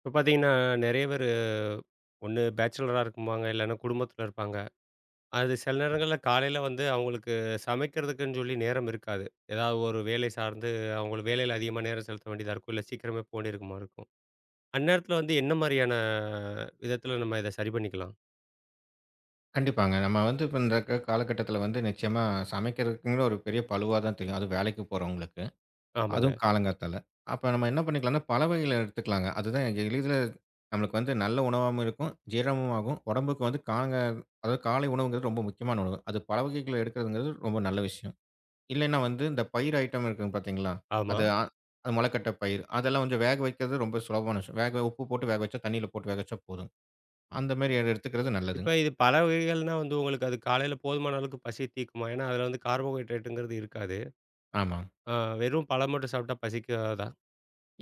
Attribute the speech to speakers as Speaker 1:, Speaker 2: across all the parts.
Speaker 1: இப்ப பார்த்தீங்கன்னா, நெறைய பேரு ஒண்ணு பேச்சுலரா இருக்கும்பாங்க, இல்லன்னா குடும்பத்தில இருப்பாங்க. அது சில நேரங்கள்ல காலையில வந்து அவங்களுக்கு சமைக்கிறதுக்குன்னு சொல்லி நேரம் இருக்காது. ஏதாவது ஒரு வேலை சார்ந்து அவங்களுக்கு வேலையில அதிகமா நேரம் செலுத்த வேண்டியதா இருக்கும். இல்ல சீக்கிரமே வேண்டியிருக்குமா இருக்கும். அந்நேரத்தில வந்து என்ன மாரியான விதத்தில நம்ம இத சரி பண்ணிக்கலாம்?
Speaker 2: கண்டிப்பாங்க. நம்ம வந்து இப்ப இந்த காலகட்டத்தில வந்து நிச்சயமா சமைக்கிறதுக்குங்கிற ஒரு பெரிய பளுவா தான் தெரியும். அதுவும் வேலைக்கு போறவங்களுக்கு.
Speaker 1: ஆமாங்க.
Speaker 2: அதுவும் காலங்காத்தால. அப்ப நம்ம என்ன பண்ணிக்கலாம்னா, பல வகைகள எடுத்துக்கலாங்க. அதுதான் எளிதில நம்மளுக்கு வந்து நல்ல உணவாவும் இருக்கும், ஜீரணமும் ஆகும். உடம்புக்கு வந்து காங்க அதாவது காலை உணவுங்கிறது ரொம்ப முக்கியமான உணவு. அது பல வகைகள எடுக்கிறதுங்கிறது ரொம்ப நல்ல விஷயம். இல்லைன்னா வந்து இந்த பயிர் ஐட்டம் இருக்குங்க பார்த்தீங்களா?
Speaker 1: ஆமா.
Speaker 2: அது அ அது மொளக்கட்ட பயிர். அதெல்லாம் கொஞ்சம் வேக வைக்கிறது ரொம்ப சுலபமான விஷயம். வேக உப்பு போட்டு வேக வச்சா, தண்ணீல போட்டு வேக வச்சா போதும். அந்த மாரி எடுத்துக்கிறது நல்லதுங்க.
Speaker 1: இப்ப இது பல வகைகள்னா வந்து உங்களுக்கு அது காலையில போதுமான அளவுக்கு பசி தீக்குமா? ஏன்னா, அதில வந்து கார்போஹைட்ரேட்டுங்கிறது இருக்காது.
Speaker 2: ஆமா.
Speaker 1: ஆ வெறும் பழம் மட்டும் சாப்பிட்டா பசிக்காதா?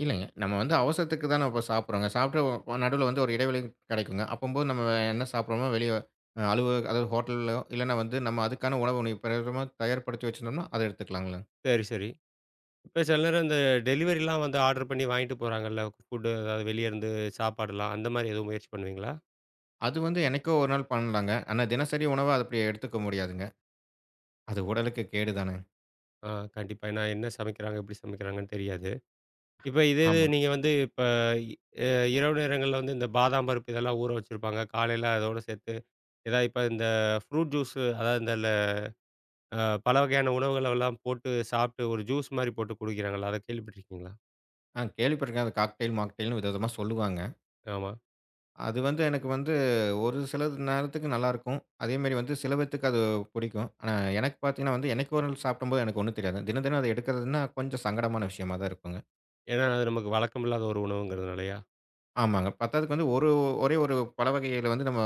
Speaker 2: இல்லைங்க. நம்ம வந்து அவசரத்துக்கு தான இப்ப சாப்பிடுறோங்க. சாப்பிட்டு நடுவுல வந்து ஒரு இடைவெளி கிடைக்குங்க. அப்பம்போது நம்ம என்ன சாப்பிடுறோமோ வெளிய அலுவலக அதாவது ஹோட்டல்லயோ இல்லன்னா வந்து நம்ம அதுக்கான உணவு பிரதம தயார்படுத்தி வச்சிருந்தோம்னா, அத எடுத்துக்கலாங்கள.
Speaker 1: சரி, சரி. இப்ப சில நேரம் இந்த டெலிவரிலாம் வந்து ஆர்டர் பண்ணி வாங்கிட்டு போறாங்கல்ல, ஃபுட்டு அதாவது வெளிய இருந்து சாப்பாடுலாம். அந்த மாரி எதுவும் முயற்சி பண்ணுவீங்களா?
Speaker 2: அது வந்து என்னைக்கோ ஒரு நாள் பண்ணலாங்க. ஆனா தினசரி உணவா அது அப்படி எடுத்துக்க முடியாதுங்க. அது உடலுக்கு கேடு தானே.
Speaker 1: ஆ கண்டிப்பா. ஏன்னா என்ன சமைக்கிறாங்க, எப்படி சமைக்கிறாங்கன்னு தெரியாது. இப்ப இதே இது
Speaker 2: ஆமா.
Speaker 1: நீங்க வந்து இப்ப அ இரவு நேரங்கள்ல வந்து இந்த பாதாம் பருப்பு இதெல்லாம் ஊற வச்சிருப்பாங்க. காலையில அதோட சேர்த்து ஏதாவது இப்ப இந்த ஃப்ரூட் ஜூஸ் அதாவது இந்த ல அ பல வகையான உணவுகளெல்லாம் போட்டு சாப்பிட்டு ஒரு ஜூஸ் மாரி போட்டு குடிக்கிறாங்கல்ல, அத கேள்விப்பட்டுருக்கீங்களா?
Speaker 2: ஆ கேள்விப்பட்டுருக்கேன். அது காக்டெயில், மாக்டெயில்னு விதவிதமா சொல்லுவாங்க.
Speaker 1: ஆமா.
Speaker 2: அது வந்து எனக்கு வந்து ஒரு சில நேரத்துக்கு நல்லாயிருக்கும். அதேமாரி வந்து சில பேத்துக்கு அது பிடிக்கும். ஆனா எனக்கு பார்த்தீங்கன்னா வந்து, என்னைக்கோ ஒரு நாள் சாப்பிடும்போது எனக்கு ஒண்ணும் தெரியாது. தினம், தினம் அத எடுக்கிறதுன்னா கொஞ்சம் சங்கடமான விஷயமா தான் இருக்குங்க.
Speaker 1: ஏன்னா அது நமக்கு வழக்கம் இல்லாத ஒரு உணவுங்கிறதுனாலயா?
Speaker 2: ஆமாங்க. பத்தாததுக்கு வந்து ஒரே ஒரு பழ வகையில வந்து நம்ம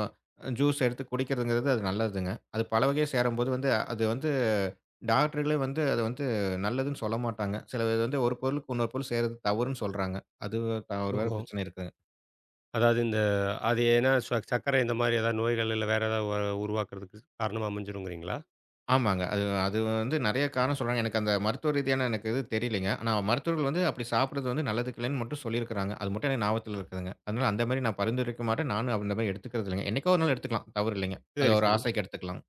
Speaker 2: ஜூஸ் எடுத்து குடிக்கிறதுங்கிறது அது நல்லதுங்க. அது பல வகையா சேரும்போது வந்து அது வந்து டாக்டர்களே வந்து அத வந்து நல்லதுன்னு சொல்ல மாட்டாங்க. சில இது வந்து ஒரு பொருளுக்கு இன்னொரு பொருள் சேருறது தவறுன்னு சொல்றாங்க. அது ஒரு வேற
Speaker 1: ஓஹோ!
Speaker 2: பிரச்சனை இருக்குங்க.
Speaker 1: அதாவது இந்த அது ஏன்னா சர்க்கரை இந்த மாதிரி ஏதாவது நோய்கள் இல்ல வேற ஏதாவது உருவாக்குறதுக்கு காரணமா அமைஞ்சிருங்கிறீங்களா?
Speaker 2: ஆமாங்க. அது அது வந்து நெறைய காரணம் சொல்றாங்க. எனக்கு அந்த மருத்துவ ரீதியான எனக்கு இது தெரியலைங்க. ஆனா மருத்துவர்கள் வந்து அப்படி சாப்பிடுறது வந்து நல்லதுக்கு இல்லன்னு மட்டும் சொல்லியிருக்கிறாங்க. அது மட்டும் எனக்கு ஞாபகத்துல இருக்குதுங்க. அதனால அந்த மாரி நான் பரிந்துரைக்க மாட்டேன். நானும் அந்த மாரி எடுத்துக்கிறது இல்லைங்க. என்னைக்கோ ஒரு நாள் எடுத்துக்கலாம். தவறு இல்லைங்க.
Speaker 1: சரி,
Speaker 2: அது ஒரு
Speaker 1: சரி.
Speaker 2: ஆசைக்கு எடுத்துக்கலாம்.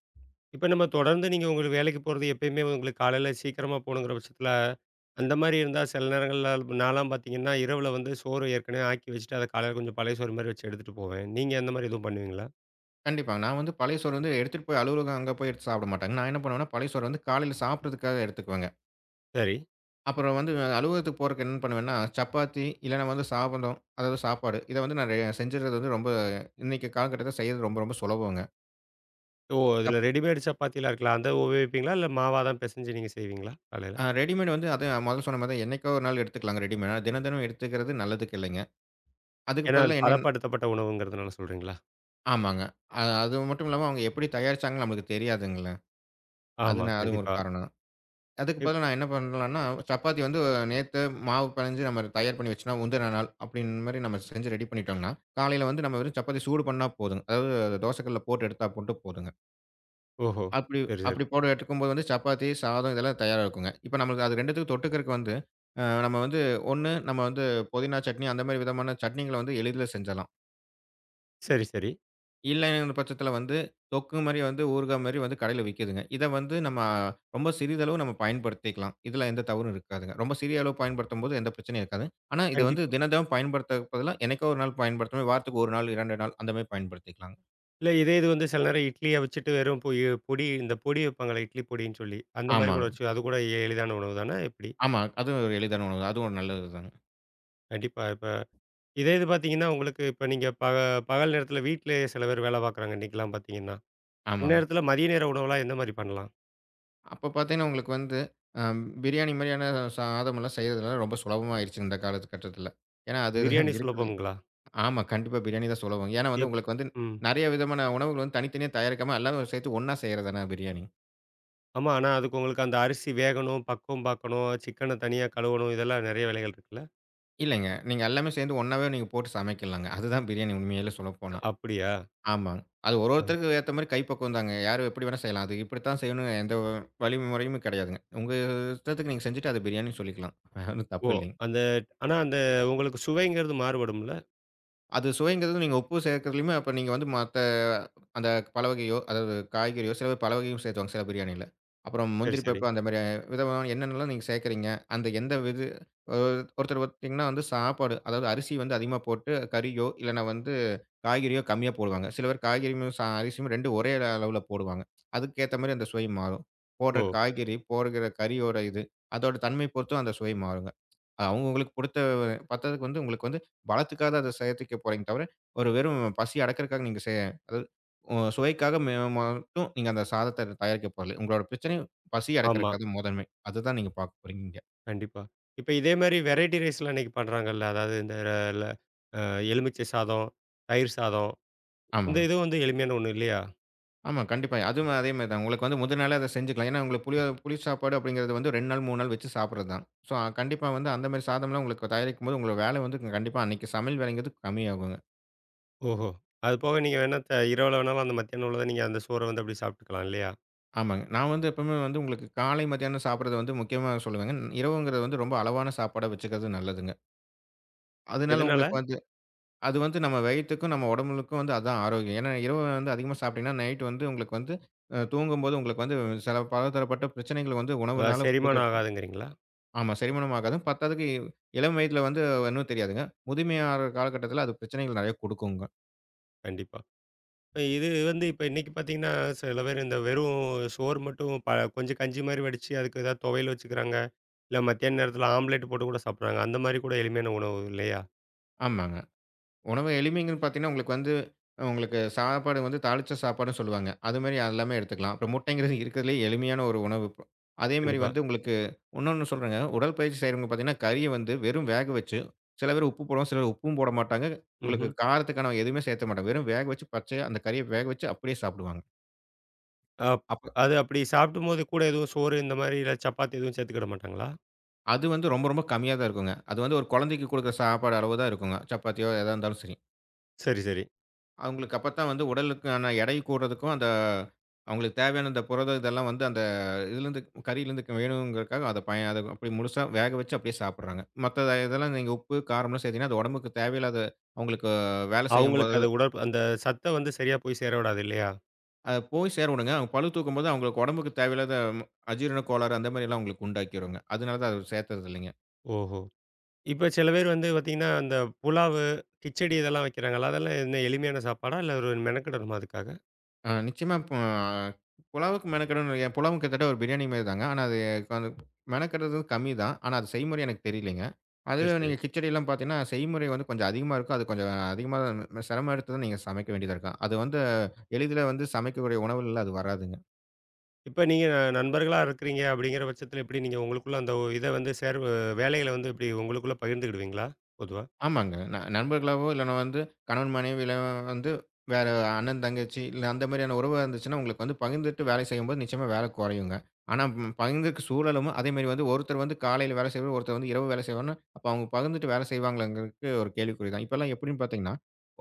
Speaker 1: இப்ப நம்ம தொடர்ந்து நீங்க உங்களுக்கு வேலைக்கு போறது எப்பயுமே உங்களுக்கு காலையில சீக்கிரமா போணுங்கிற பட்சத்தில, அந்த மாரி இருந்தா சில நேரங்கள்ல நான்லாம் பார்த்தீங்கன்னா, இரவுல வந்து சோறு ஏற்கனவே ஆக்கி வச்சுட்டு, அத காலையில கொஞ்சம் பழைய சோறு மாரி வச்சு எடுத்துட்டு போவேன். நீங்க அந்த மாரி எதுவும் பண்ணுவீங்களா?
Speaker 2: கண்டிப்பாங்க. நான் வந்து பழைய சோறு வந்து எடுத்துட்டு போய் அலுவலகம் அங்க போய் எடுத்து சாப்பிட மாட்டாங்க. நான் என்ன பண்ணுவேன்னா, பழைய சோறு வந்து காலையில சாப்பிடுறதுக்காக எடுத்துக்குவேங்க.
Speaker 1: சரி.
Speaker 2: அப்புறம் வந்து அலுவலகத்துக்கு போறதுக்கு என்ன பண்ணுவேன்னா, சப்பாத்தி இல்லன்னா வந்து சாதம், அதாவது சாப்பாடு. இத வந்து நான் செஞ்சுறது வந்து ரொம்ப இன்னைக்கு காலகட்டத்துல செய்றது ரொம்ப ரொம்ப சுலபங்க.
Speaker 1: ஓ! இதுல
Speaker 2: சப்
Speaker 1: ரெடிமேட் சப்பாத்திலாம் இருக்குல்ல, அத உபயோகிப்பீங்களா? இல்ல மாவா தான் பெசஞ்சு நீங்க செய்வீங்களா காலையில?
Speaker 2: ஆ ரெடிமேட் வந்து அது முதல்ல சொன்ன மாரி தான் என்னைக்கோ ஒரு நாள் எடுத்துக்கலாங்க ரெடிமேட். ஆனா தினம் தினம் எடுத்துக்கிறது நல்லதுக்கு இல்லைங்க. அதுக்கு
Speaker 1: ஏன்னா அது
Speaker 2: பதிலா என்னன்னு
Speaker 1: பதப்படுத்தப்பட்ட உணவுங்கிறதுனால சொல்றீங்களா?
Speaker 2: ஆமாங்க. அது மட்டும் இல்லாம அவங்க எப்படி தயாரிச்சாங்கன்னு நம்மளுக்கு தெரியாதுங்கல்ல. அது
Speaker 1: ஆமா,
Speaker 2: நான் அதுவும் ஒரு
Speaker 1: கண்டிப்பா.
Speaker 2: காரணம். அதுக்கு
Speaker 1: இப்
Speaker 2: பதிலா நான் என்ன பண்ணலான்னா, சப்பாத்தி வந்து நேத்து மாவு பெனஞ்சு நம்ம தயார் பண்ணி வச்சோம்னா, முந்தின நாள் அப்படின்னு மாரி நம்ம செஞ்சு ரெடி பண்ணிட்டோம்னா, காலையில வந்து நம்ம வெறும் சப்பாத்தி சூடு பண்ணா போதுங்க. அதாவது தோசைக்கல்ல போட்டு எடுத்தா மட்டும் போதுங்க.
Speaker 1: ஓஹோ!
Speaker 2: அப்படி
Speaker 1: சரி, சரி.
Speaker 2: அப்படி போட எடுக்கும்போது வந்து சப்பாத்தி, சாதம் இதெல்லாம் தயாரா இருக்குங்க. இப்ப நம்மளுக்கு அது 2த்துக்கும் தொட்டுக்கறக்கு வந்து, அ நம்ம வந்து ஒண்ணு நம்ம வந்து புதினா சட்னி அந்த மாரி விதமான சட்னிகள வந்து எளிதில செஞ்சிரலாம்.
Speaker 1: சரி, சரி.
Speaker 2: இல்லைங்கிற பட்சத்தில வந்து தொக்கு மாரி வந்து ஊறுகாய் மாரி வந்து கடையில விக்குதுங்க. இத வந்து நம்ம ரொம்ப சிறிதளவு நம்ம பயன்படுத்திக்கலாம். இதுல எந்த தவறும் இருக்காதுங்க. ரொம்ப சிறிய அளவு பயன்படுத்தும்போது எந்த பிரச்சனையும் இருக்காது. ஆனா இத வந்து
Speaker 1: கண்டிப்பா.
Speaker 2: தினந்தோறும் பயன்படுத்தறதுக்கு பதிலா என்னைக்கோ ஒரு நாள் பயன்படுத்தணும். வாரத்துக்கு 1 நாள், 2 நாள் அந்த மாரி பயன்படுத்திக்கலாங்க.
Speaker 1: இல்ல இதே இது வந்து சில நேரம் இட்லிய வச்சுட்டு வெறும் பொடி இந்த பொடி வைப்பாங்கல்ல, இட்லி பொடின்னு சொல்லி. அந்த மாரி கூட
Speaker 2: ஆமாங்க.
Speaker 1: வச்சு அது கூட எளிதான உணவு தானா எப்படி?
Speaker 2: ஆமா. அது ஒரு எளிதான உணவு. அதுவும் ஒரு நல்லது தாங்க.
Speaker 1: கண்டிப்பா. இப்ப இதே இது பார்த்தீங்கன்னா, உங்களுக்கு இப்ப நீங்க பகல் நேரத்தில வீட்லயே சில பேர் வேலை பார்க்குறாங்க இன்னைக்கெல்லாம் பார்த்தீங்கன்னா.
Speaker 2: ஆமாங்க.
Speaker 1: அந்நேரத்தில மதிய நேர உணவுலாம் எந்த மாரி பண்ணலாம்?
Speaker 2: அப்ப பார்த்தீங்கன்னா, உங்களுக்கு வந்து அ பிரியாணி மாரியான சாதமெல்லாம் செய்றதுலாம் ரொம்ப சுலபமாயிருச்சு இந்த காலகட்டத்தில. ஏன்னா, அதுதான்
Speaker 1: பிரியாணி
Speaker 2: இருக்குது.
Speaker 1: சுலபம்ங்களா?
Speaker 2: ஆமா, கண்டிப்பா பிரியாணி தான் சுலபம். ஏன்னா வந்து
Speaker 1: எப்
Speaker 2: உங்களுக்கு வந்து
Speaker 1: ம்.
Speaker 2: நெறைய விதமான உணவுகள் வந்து தனித்தனியா தயாரிக்காம எல்லாமே சேர்த்து ஒண்ணா செய்றது தானே பிரியாணி.
Speaker 1: ஆமா. ஆனா அதுக்கு உங்களுக்கு அந்த அரிசி வேகணும், பக்குவம் பார்க்கணும், சிக்கன தனியா கழுவணும் இதெல்லாம் நெறைய வேலைகள் இருக்குல்ல?
Speaker 2: இல்லைங்க. நீங்க எல்லாமே சேர்ந்து ஒண்ணாவே நீங்க போட்டு சமைக்கலாங்க. அதுதான் பிரியாணி உண்மையிலே சொல்லப்போனா.
Speaker 1: அப்படியா?
Speaker 2: ஆமாங்க. அது ஒரு
Speaker 1: அ.
Speaker 2: ஒருத்தருக்கு ஏத்த மாரி கைப்பக்குவம் தாங்க. யாரும் எப்படி வேணா செய்யலாம். அது இப்படித்தான் செய்யணும்னு எந்த வழிமுறையும் கிடையாதுங்க. உங்க இஷ்டத்துக்கு நீங்க செஞ்சுட்டு அது பிரியாணின்னு சொல்லிக்கலாம். ஒண்ணும்
Speaker 1: ஓ!
Speaker 2: தப்பு இல்லைங்க.
Speaker 1: அந்த ஆனா அந்த உங்களுக்கு சுவைங்கிறது மாறுபடும்ல?
Speaker 2: அது சுவைங்கிறது நீங்க உப்பு சேர்க்கிறதுலயுமே, அப்ப நீங்க வந்து மத்த அந்த பல வகையோ, அதாவது காய்கறியோ, சில பேர் பல வகையும் சேர்த்துவாங்க, சில பிரியாணியில. அப்புறம்
Speaker 1: சரி,
Speaker 2: முந்திரி
Speaker 1: சரி.
Speaker 2: பருப்பு அந்த மாரி விதமான என்னென்னலாம் நீங்க சேர்க்கிறீங்க? அந்த எந்த விது அ ஒருத்தர் பார்த்தீங்கன்னா வந்து சாப்பாடு, அதாவது அரிசி வந்து அதிகமா போட்டு கறியோ, இல்லன்னா வந்து காய்கறியோ கம்மியா போடுவாங்க. சில பேர் காய்கறியும் அரிசியும் 2 ஒரே அளவுல போடுவாங்க. அதுக்கேத்த மாரி அந்த சுவை மாறும். போடுற
Speaker 1: ஓ!
Speaker 2: காய்கறி, போடுகிற கறியோட இது, அதோட தன்மை பொறுத்தும் அந்த சுவை மாறுங்க. அவங்க உங்களுக்கு கொடுத்த பத்ததுக்கு வந்து உங்களுக்கு வந்து பலத்துக்காக அத சேர்த்துக்க போறீங்க தவிர, ஒரு வெறும் பசி அடக்கிறக்காக நீங்க அதாவது சுவைக்காக மட்டும் நீங்க அந்த சாதத்த தயாரிக்க போறல. உங்களோட பிரச்சனை பசி
Speaker 1: ஆமா.
Speaker 2: அடக்கிறக்காக முதன்மை. அதுதான் நீங்க பார்க்க போறீங்க இங்க.
Speaker 1: கண்டிப்பா. இப்ப இதே மாரி வெரைட்டி ரைஸ்லாம் இன்னைக்கு பண்றாங்கல்ல. அதாவது இந்த ர ல அ எலுமிச்சை சாதம், தயிர் சாதம். இந்த
Speaker 2: ஆமாங்க.
Speaker 1: இதுவும் வந்து எளிமையான ஒண்ணு இல்லையா?
Speaker 2: ஆமா, கண்டிப்பா. அதுவும் அதே மாரி தான். உங்களுக்கு வந்து முதல் நாளே அத செஞ்சுக்கலாம். ஏன்னா உங்களுக்கு புளியோ புளி சாப்பாடு அப்படிங்கிறது வந்து 2 நாள், 3 நாள் வச்சு சாப்பிடுறது தான். ஸோ கண்டிப்பா வந்து அந்த மாரி சாதம்லாம் உங்களுக்கு தயாரிக்கும்போது உங்களோட வேலை வந்து கண்டிப்பா அன்னைக்கு சமையல் வேலைங்கிறது கம்மியாகும்.
Speaker 1: ஓஹோ! அது போக நீங்க வேணா இரவுல வேணாலும் அந்த மத்தியானம் உள்ளத நீங்க அந்த சோற வந்து அப்படியே சாப்பிட்டுக்கலாம் இல்லையா?
Speaker 2: ஆமாங்க. நான் வந்து எப்பவுமே வந்து உங்களுக்கு காலை, மத்தியானம் சாப்பிடுறது வந்து முக்கியமா சொல்லுவேங்க. இரவுங்கிறது வந்து ரொம்ப அளவான சாப்பாடா வச்சுக்கிறது நல்லதுங்க. அதனால
Speaker 1: எதனால?
Speaker 2: உங்களுக்கு வந்து அது வந்து நம்ம வயித்துக்கும், நம்ம உடம்புக்கும் வந்து அதான் ஆரோக்கியம். ஏன்னா இரவு வந்து அதிகமா சாப்பிட்டீங்கன்னா, நைட் வந்து உங்களுக்கு வந்து தூங்கும்போது உங்களுக்கு வந்து சில பலதரப்பட்ட பிரச்சனைகள் வந்து
Speaker 1: அதாவது
Speaker 2: உணவுனால
Speaker 1: செரிமானம்
Speaker 2: குடுக்குறக்கும்
Speaker 1: ஆகாதுங்கிறீங்களா?
Speaker 2: ஆமா செரிமானம் ஆகாது. பத்தாததுக்கு இளம் வயதில வந்து ஒண்ணும் தெரியாதுங்க. முதுமையாற காலகட்டத்தில அது பிரச்சனைகள் நெறைய குடுக்குங்க.
Speaker 1: கண்டிப்பா. இப்ப இது வந்து இப்ப இன்னைக்கு பார்த்தீங்கன்னா, சில பேர் இந்த வெறும் சோறு மட்டும் கொஞ்சம் கஞ்சி மாரி வடிச்சு, அதுக்கு ஏதாவது துவையல் வச்சுக்கிறாங்க. இல்ல மத்தியான நேரத்தில ஆம்லேட் போட்டு கூட சாப்பிடுறாங்க. அந்த மாரி கூட எளிமையான உணவு இல்லையா?
Speaker 2: ஆமாங்க. உணவு எளிமைங்கன்னு பார்த்தீங்கன்னா, உங்களுக்கு வந்து உங்களுக்கு சாப்பாடு வந்து தாளிச்ச சாப்பாடுன்னு சொல்லுவாங்க. அதுமாரி எல்லாமே எடுத்துக்கலாம். அப்புறம் முட்டைங்கிறது இருக்கிறதுலயே எளிமையான ஒரு உணவு. அதேமாரி
Speaker 1: கண்டிப்பா.
Speaker 2: வந்து உங்களுக்கு இன்னொன்னு சொல்றேங்க. உடற்பயிற்சி செய்றவங்க பார்த்தீங்கன்னா, கறிய வந்து வெறும் வேக வச்சு சில பேர் உப்பு போடுவாங்க, சிலர் உப்பும் போட மாட்டாங்க. உங்களுக்கு
Speaker 1: ம்ஹ்ம்.
Speaker 2: காரத்துக்கான எதுவுமே சேர்த்த மாட்டாங்க. வெறும் வேக வச்சு பச்சையா அந்த கறிய வேக வச்சு அப்படியே சாப்பிடுவாங்க.
Speaker 1: அப்
Speaker 2: அப்ப
Speaker 1: அது அப்படி சாப்பிடும்போது கூட எதுவும் சோறு இந்த மாரி இல்ல சப்பாத்தி எதுவும் சேர்த்துக்கிட மாட்டாங்களா?
Speaker 2: அது வந்து ரொம்ப ரொம்ப கம்மியா தான் இருக்குங்க. அது வந்து ஒரு குழந்தைக்கு குடுக்குற சாப்பாடு அளவு தான் இருக்குங்க. சப்பாத்தியோ எதா இருந்தாலும் சரி.
Speaker 1: சரி, சரி.
Speaker 2: அவங்களுக்கு அப்பத்தான் வந்து உடலுக்கான எடை கூடுறதுக்கும், அந்த அவங்களுக்கு தேவையான அந்த புரதம் இதெல்லாம் வந்து அந்த இதுலேருந்து கறியிலேருந்து வேணுங்கிறதுக்காக அத அத அப்படி முழுசா வேக வச்சு அப்படியே சாப்பிடுறாங்க. மத்த இதெல்லாம் நீங்க உப்பு, காரம்லாம் சேர்த்தீங்கன்னா, அது உடம்புக்கு தேவையில்லாத அவங்களுக்கு வேலை
Speaker 1: அவங்களுக்கு
Speaker 2: செய்யும்போது
Speaker 1: அது அந்த சத்த வந்து சரியா போய் சேர விடாது இல்லையா?
Speaker 2: அது போய் சேரணுங்க. அவங்க பளு தூக்கும்போது அவங்களுக்கு உடம்புக்கு தேவையில்லாத அஜீரண கோளாறு அந்த மாதிரியெல்லாம் அவங்களுக்கு உண்டாக்கிருங்க. அதனால தான் அது சேர்த்தது இல்லைங்க.
Speaker 1: ஓஹோ! இப்ப சில பேர் வந்து பார்த்தீங்கன்னா, அந்த புலாவு, கிச்சடி இதெல்லாம் வைக்கிறாங்கல்ல, அதெல்லாம் என்ன எளிமையான சாப்பாடா? இல்ல ஒரு மெனக்கெடணுமா அதுக்காக?
Speaker 2: ஆ நிச்சயமா இப்போ ஆ, புலாவுக்கு மெனக்கெடணும் என் புலாவும் கிட்டத்தட்ட ஒரு பிரியாணி மாரி தாங்க. ஆனா அது அந்த மெனக்கெடுறது கம்மி தான். ஆனா அது செய்முறை எனக்கு தெரியலைங்க.
Speaker 1: சரி,
Speaker 2: அதுவே
Speaker 1: சரி.
Speaker 2: நீங்க கிச்சடிலாம் பார்த்தீங்கன்னா, செய்முறை வந்து கொஞ்சம் அதிகமா இருக்கும். அது கொஞ்சம் அதிகமா சிரமம் எடுத்து தான் நீங்க சமைக்க வேண்டியதா இருக்கும். அது வந்து எளிதில வந்து சமைக்கக்கூடிய உணவுகள்ல அது வராதுங்க.
Speaker 1: இப்ப நீங்க நண்பர்களா இருக்கிறீங்க அப்படிங்கிற பட்சத்தில எப்படி நீங்க உங்களுக்குள்ள அந்த இத வந்து வேலைகள வந்து எப்படி உங்களுக்குள்ள பகிர்ந்துக்கிடுவீங்களா? பொதுவா.
Speaker 2: ஆமாங்க. நண்பர்களாவோ இல்லன்னா வந்து கணவன் மனைவியில வந்து வேற அண்ணன், தங்கச்சி இல்ல அந்த மாரியான உறவா இருந்துச்சுன்னா, உங்களுக்கு வந்து பகிர்ந்துட்டு வேலை செய்யும்போது நிச்சயமா வேலை குறையுங்க. ஆனா பகிர்ந்துக்க சூழலும் அதே மாரி வந்து ஒருத்தர் வந்து காலையில வேலை செய்வார், ஒருத்தர் வந்து இரவு வேலை செய்வார்ன்னா, அப்ப அவங்க பகிர்ந்துட்டு வேலை செய்வாங்களாங்கிறதுக்கு ஒரு கேள்விக்குறி தான். இப்பல்லாம் எப்படின்னு பார்த்தீங்கன்னா,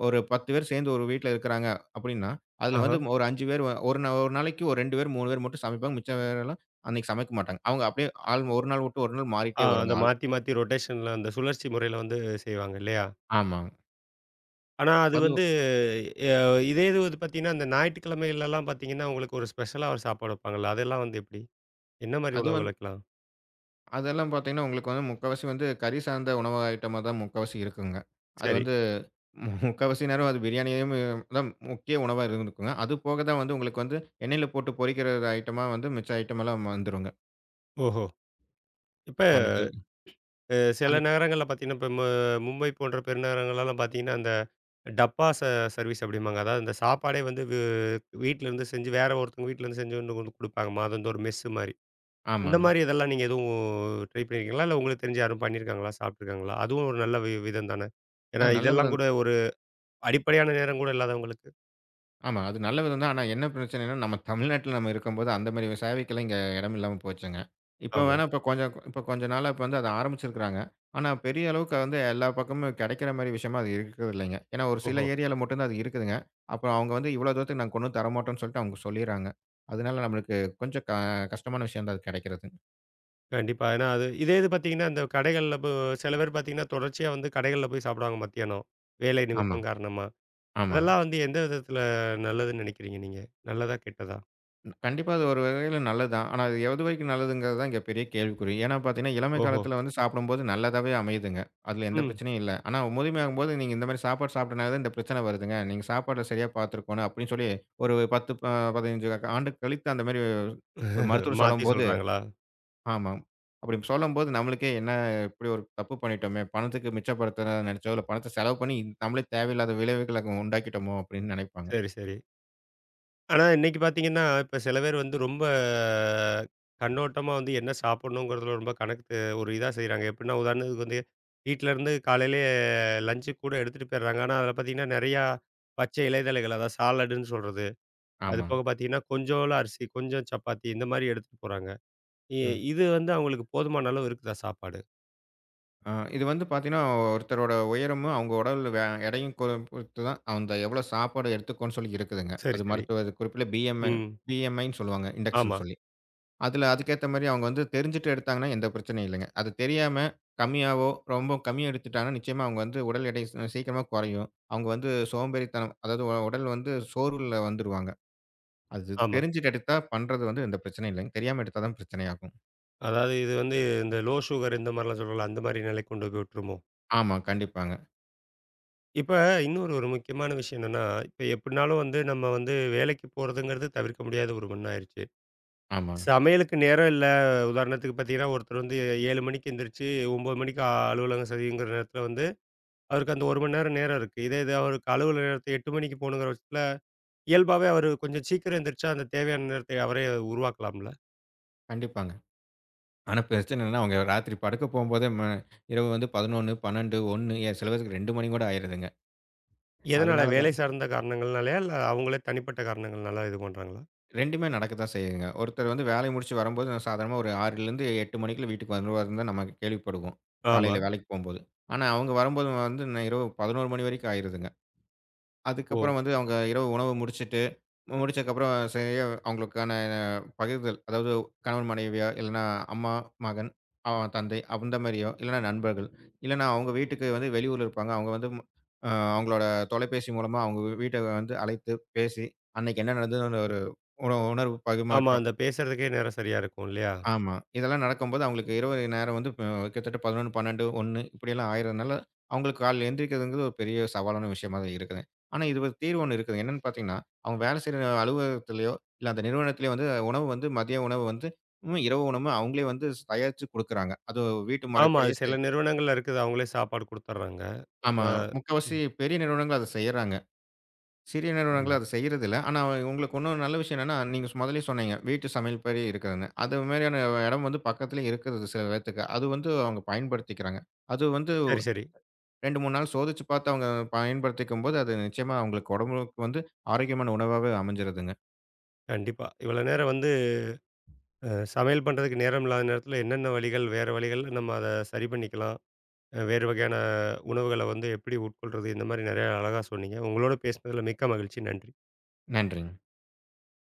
Speaker 2: ஒரு 10 பேர் சேர்ந்து ஒரு வீட்ல இருக்கிறாங்க அப்படின்னா, அதுல
Speaker 1: ஆஹா.
Speaker 2: வந்து ஒரு 5 பேர் ஒரு நாளைக்கு ஒரு 2 பேர், 3 பேர் மட்டும் சமைப்பாங்க. மிச்ச பேரெல்லாம் அன்னைக்கு சமைக்க மாட்டாங்க. அவங்க அப்படியே ஆள் ஒரு நாள் விட்டு ஒரு நாள் மாறிட்டே
Speaker 1: அந்த
Speaker 2: வருங்க ஆள்.
Speaker 1: மாத்தி மாத்தி ரொட்டேஷன்ல அந்த சுழற்சி முறையில வந்து செய்வாங்க இல்லையா?
Speaker 2: ஆமாங்க.
Speaker 1: ஆனா அது
Speaker 2: அது
Speaker 1: வந்து அ இதே இது வந்து பார்த்தீங்கன்னா, அந்த ஞாயிற்றுக்கிழமைகள்லலாம் பார்த்தீங்கன்னா, உங்களுக்கு ஒரு ஸ்பெஷலா ஒரு சாப்பாடு வைப்பாங்கல்ல. அதெல்லாம் வந்து எப்படி? என்ன மாரி
Speaker 2: அது
Speaker 1: உணவுகள்
Speaker 2: வந்து
Speaker 1: வைக்கலாம்?
Speaker 2: அதெல்லாம் பார்த்தீங்கன்னா, உங்களுக்கு வந்து முக்காவாசி வந்து கறி சார்ந்த உணவு ஐட்டமா தான் முக்காவாசி இருக்குங்க. அது
Speaker 1: சரி.
Speaker 2: வந்து முக்காவாசி நேரம் அது பிரியாணியும் தான் முக்கிய உணவா இருந்துக்குங்க. அது போக தான் வந்து உங்களுக்கு வந்து எண்ணெயில போட்டு பொரிக்கிற ஐட்டமா வந்து மிச்ச ஐட்டமெல்லாம் வந்துருங்க.
Speaker 1: ஓஹோ! இப்ப
Speaker 2: அன்னைக்கு
Speaker 1: சில
Speaker 2: அன்னைக்கு
Speaker 1: நகரங்கள்ல பார்த்தீங்கன்னா, இப்ப மும்பை போன்ற பெருநகரங்கள்லலாம் பார்த்தீங்கன்னா, அந்த டப்பா சர்வீஸ் அப்படிம்பாங்க. அதாவது இந்த சாப்பாடே வந்து வீட்லருந்து செஞ்சு வேற ஒருத்தவங்க வீட்லருந்து செஞ்சு கொண்டு வந்து குடுப்பாங்க. மாதந்தோறும் மெஸ்ஸு மாரி. அந்த
Speaker 2: ஆமாங்க.
Speaker 1: மாரி இதெல்லாம் நீங்க எதுவும் ட்ரை பண்ணியிருக்கீங்களா? இல்ல உங்களுக்கு தெரிஞ்சு யாரும் பண்ணியிருக்காங்களா? சாப்பிட்டுருக்காங்களா? அதுவும் ஒரு நல்ல விதம் தானே.
Speaker 2: ஆ
Speaker 1: ஏன்னா
Speaker 2: நல்ல
Speaker 1: இதெல்லாம் கூட ஒரு அடிப்படையான நேரம் கூட இல்லாதவங்களுக்கு.
Speaker 2: ஆமா. அது நல்ல விதம் தான். ஆனா என்ன பிரச்சனைன்னா, நம்ம தமிழ்நாட்டுல நம்ம இருக்கும்போது அந்த மாரி சேவைக்கெல்லாம் இங்க இடம் இல்லாம போச்சுங்க.
Speaker 1: ஆமா.
Speaker 2: இப்ப கொஞ்ச நாளா இப்ப வந்து அத ஆரம்பிச்சிருக்கிறாங்க. ஆனா பெரிய அளவுக்கு வந்து எல்லா பக்கமும் கிடைக்கிற மாரி விஷயமா அது இருக்கிறது இல்லைங்க. ஏன்னா ஒரு சில
Speaker 1: ஓஹோ!
Speaker 2: ஏரியால மட்டும் தான் அது இருக்குதுங்க. அப்புறம் அவங்க வந்து இவ்வளோ தூரத்துக்கு நாங்க கொண்டு வந்து தரமாட்டோம்ன்னு சொல்லிட்டு அவங்க சொல்லிர்றாங்க. அதனால நம்மளுக்கு கொஞ்சம் கஷ்டமான விஷயம் தான் அது கிடைக்கிறது.
Speaker 1: கண்டிப்பா. ஏன்னா, அது இதே இது பார்த்தீங்கன்னா, இந்த கடைகள்ல சில பேர் பார்த்தீங்கன்னா, தொடர்ச்சியா வந்து கடைகள்ல போய் சாப்பிடுவாங்க மத்தியானம். வேலை
Speaker 2: ஆமா,
Speaker 1: நிமித்தம் காரணமா.
Speaker 2: ஆமா.
Speaker 1: அதெல்லாம் வந்து எந்த விதத்தில நல்லதுன்னு நினைக்கிறீங்க நீங்க? நல்லதா? கெட்டதா?
Speaker 2: கண்டிப்பா அது ஒரு வகையில நல்லதுதான். ஆனா அது எது வரைக்கும் நல்லதுங்கிறது தான் இங்க பெரிய கேள்விக்குறி. ஏன்னா பார்த்தீங்கன்னா, இளமை
Speaker 1: ஓஹோ!
Speaker 2: காலத்தில வந்து சாப்பிடும்போது நல்லதாவே அமையுதுங்க. அதில எந்த
Speaker 1: ம்.
Speaker 2: பிரச்சனையும் இல்ல. ஆனா முதுமையாகும்போது நீங்க இந்த மாரி சாப்பாடு சாப்பிட்டனால தான் இந்த பிரச்சனை வருதுங்க. நீங்க சாப்பாட்ட சரியா பார்த்துருக்கணும் அப்படின்னு சொல்லி ஒரு 10 ப 15 ஆண்டு கழித்து அந்த மாரி ஒரு மருத்துவர்
Speaker 1: மாத்தி
Speaker 2: சொல்லும்போது
Speaker 1: சொல்றாங்களா?
Speaker 2: ஆமா. அப்படி சொல்லும்போது நம்மளுக்கே என்ன இப்படி ஒரு தப்பு பண்ணிட்டோமே! பணத்துக்கு மிச்சப்படுத்த நினைச்சோ, இல்ல பணத்த செலவு பண்ணி நம்மளே தேவையில்லாத விளைவுகள உண்டாக்கிட்டோமோ அப்படின்னு நினைப்பாங்க.
Speaker 1: சரி, சரி. ஆனா, இன்னைக்கு பார்த்தீங்கன்னா, இப்ப சில பேர் வந்து ரொம்ப கண்ணோட்டமா வந்து என்ன சாப்பிடணுங்கிறதுல ரொம்ப கணக்கு ஒரு இதா செய்றாங்க. எப்படின்னா, உதாரணத்துக்கு வந்து வீட்லருந்து காலையிலேயே லஞ்சுக்கு கூட எடுத்துட்டு போயிடுறாங்க. ஆனா, அதில பார்த்தீங்கன்னா, நெறையா பச்சை இலைதழைகள் அதாவது சாலடுன்னு சொல்றது. அது
Speaker 2: ஆமாங்க.
Speaker 1: போக பார்த்தீங்கன்னா, கொஞ்சோள அரிசி, கொஞ்சம் சப்பாத்தி இந்த மாரி எடுத்துட்டு போறாங்க. இ
Speaker 2: ம்.
Speaker 1: இது வந்து அவங்களுக்கு போதுமான அளவு இருக்குதா சாப்பாடு?
Speaker 2: ஆ, இது வந்து பார்த்தீங்கன்னா, ஒருத்தரோட உயரமும், அவங்க உடல் எடையும் பொறுத்து தான், அந்த எவ்வளோ சாப்பாடு எடுத்துக்கோன்னு சொல்லி இருக்குதுங்க.
Speaker 1: சரி,
Speaker 2: அது
Speaker 1: சரி.
Speaker 2: மருத்துவ குறிப்பில
Speaker 1: ம்.
Speaker 2: பிஎம்ஐன்னு சொல்லுவாங்க.
Speaker 1: ஆமா,
Speaker 2: இண்டெக்ஸ்ன்னு சொல்லி. அதில அதுக்கேத்த மாரி அவங்க வந்து தெரிஞ்சுட்டு எடுத்தாங்கன்னா, எந்த பிரச்சனையும் இல்லைங்க. அது தெரியாம கம்மியாவோ, ரொம்ப கம்மியா எடுத்துட்டாங்கன்னா, நிச்சயமா அவங்க வந்து உடல் எடை சீக்கிரமா குறையும். அவங்க வந்து சோம்பேறித்தனம் அதாவது உடல் வந்து சோர்வுல வந்துருவாங்க. அது
Speaker 1: ஆமா.
Speaker 2: தெரிஞ்சுட்டு எடுத்தா பண்றது வந்து எந்த பிரச்சனையும் இல்லைங்க. தெரியாம எடுத்தா தான் பிரச்சனையாகும்.
Speaker 1: அதாவது இது வந்து இந்த லோ சுகர் இந்த மாரிலாம் சொல்றோம்ல, அந்த மாரி நிலைக்கு கொண்டு போய் விட்டுருமோ?
Speaker 2: ஆமா. கண்டிப்பாங்க.
Speaker 1: இப்ப இன்னொரு ஒரு முக்கியமான விஷயம் என்னன்னா, இப்ப எப்படினாலும் வந்து நம்ம வந்து வேலைக்கு போறதுங்கிறது தவிர்க்க முடியாத ஒரு ஒண்ணா ஆயிருச்சு.
Speaker 2: ஆமா.
Speaker 1: சமையலுக்கு நேரம் இல்ல. உதாரணத்துக்கு பார்த்தீங்கன்னா, ஒருத்தர் வந்து 7 மணிக்கு எந்திரிச்சு 9 மணிக்கு அலுவலகம் சரிங்கிற நேரத்தில வந்து, அவருக்கு அந்த 1 மணி நேரம், நேரம் இருக்கு. இதே இது அவருக்கு அலுவலக நேரத்த 8 மணிக்கு போகணுங்கிற பட்சத்தில இயல்பாவே அவரு கொஞ்சம் சீக்கிரம் எந்திரிச்சா, அந்த தேவையான நேரத்தை அவரே உருவாக்கலாம்ல?
Speaker 2: கண்டிப்பாங்க. ஆனா பிரச்சனை என்னன்னா, அவங்க ராத்திரி படுக்க போம்போதே இரவு வந்து 11, 12, 1 ஏன் சில பேருக்கு 2 மணி கூட ஆயிருதுங்க.
Speaker 1: எதனால?
Speaker 2: அதனால
Speaker 1: வேலை
Speaker 2: தான்
Speaker 1: சார்ந்த காரணங்கள்னாலயா? இல்ல அவங்களே தனிப்பட்ட காரணங்கள்னால இது பண்றாங்களா?
Speaker 2: 2மே நடக்க தான் செய்யுதுங்க. ஒருத்தர் வந்து வேலைய முடிச்சு வரும்போது சாதாரணமா ஒரு 6லேருந்து 8 மணிக்குள்ள வீட்டுக்கு வந்துருவாருன்னு தான் நம்ம கேள்விப்படுவோம்.
Speaker 1: ஆமா.
Speaker 2: காலையில வேலைக்கு போம்போது. ஆனா அவங்க வரும்போது வந்து இரவு 11 மணி வரைக்கும் ஆயிருதுங்க.
Speaker 1: ஓ!
Speaker 2: அதுக்கப்புறம் வந்து அவங்க இரவு உணவு முடிச்சுட்டு, முடிச்சதுக்கப்புறம் சரியா அவங்களுக்கான பகிர்தல், அதாவது கணவன் மனைவியா, இல்லன்னா அம்மா, மகன், அ தந்தை அந்த மாரியோ, இல்லன்னா நண்பர்கள், இல்லன்னா அவங்க வீட்டுக்கு வந்து வெளியூர்ல இருப்பாங்க. அவங்க வந்து அ அவங்களோட தொலைபேசி மூலமா அவங்க வீட்ட வந்து அழைத்து பேசி, அன்னைக்கு என்ன நடந்ததுன்னு ஒரு உணர்வு
Speaker 1: ஆமா.
Speaker 2: பரிமாற்றம்.
Speaker 1: அந்த பேசுறதுக்கே நேரம் சரியா இருக்கும் இல்லையா?
Speaker 2: ஆமா. இதெல்லாம் நடக்கும்போது அவங்களுக்கு இரவு நேரம் வந்து கிட்டத்தட்ட 11, 12, 1 இப்படியெல்லாம் ஆயிறதுனால, அவங்களுக்கு காலைல எந்திரிக்கிறதுங்கிறது ஒரு பெரிய சவாலான விஷயமா தான் இருக்குதுங்க. ஆனா இது ஒரு தீர்வு ஒண்ணு இருக்குது. என்னன்னு பார்த்தீங்கன்னா, அவங்க வேலை செய்ற அலுவலகத்திலயோ, இல்ல அந்த நிறுவனத்திலயோ வந்து உணவு வந்து மதிய உணவு வந்து இரவு உணவு அவங்களே வந்து தயாரிச்சு குடுக்குறாங்க. அது வீட்டு
Speaker 1: ஆமா. அது
Speaker 2: முறைப்படியே
Speaker 1: சில
Speaker 2: செய்
Speaker 1: நிறுவனங்கள்ல இருக்குது. அவங்களே சாப்பாடு குடுத்துர்றாங்க.
Speaker 2: ஆமா.
Speaker 1: ஆனா
Speaker 2: முக்காவாசி
Speaker 1: ம்.
Speaker 2: பெரிய நிறுவனங்கள் அத செய்யறாங்க. சிறிய
Speaker 1: ஆமா.
Speaker 2: நிறுவனங்கள் அத செய்றதில்ல. ஆனா உங்களுக்கு இன்னொரு நல்ல விஷயம் என்னன்னா, நீங்க முதல்லயே சொன்னீங்க. வீட்டு சமையல் படி இருக்குதுன்னு. அது மாரியான இடம் வந்து பக்கத்திலேயே இருக்குது சில பேத்துக்கு. அது வந்து அவங்க பயன்படுத்திக்கிறாங்க. அது வந்து
Speaker 1: சரி, சரி.
Speaker 2: 2, 3 நாள் சோதிச்சு பார்த்து அவங்க பயன்படுத்திக்கும்போது, அது நிச்சயமா அவங்களுக்கு உடம்புக்கு வந்து ஆரோக்கியமான உணவாவே அமைஞ்சிருதுங்க.
Speaker 1: கண்டிப்பா. இவ்வளோ நேரம் வந்து அ சமையல் பண்றதுக்கு நேரம் இல்லாத நேரத்தில என்னென்ன வழிகள், வேற வழிகள்ல நம்ம அத சரி பண்ணிக்கலாம். வேறு வகையான உணவுகள வந்து எப்படி உட்கொள்றது? இந்த மாரி நெறையா அழகா சொன்னீங்க. உங்களோட பேசினதில மிக்க மகிழ்ச்சி. நன்றி.
Speaker 2: நன்றிங்க.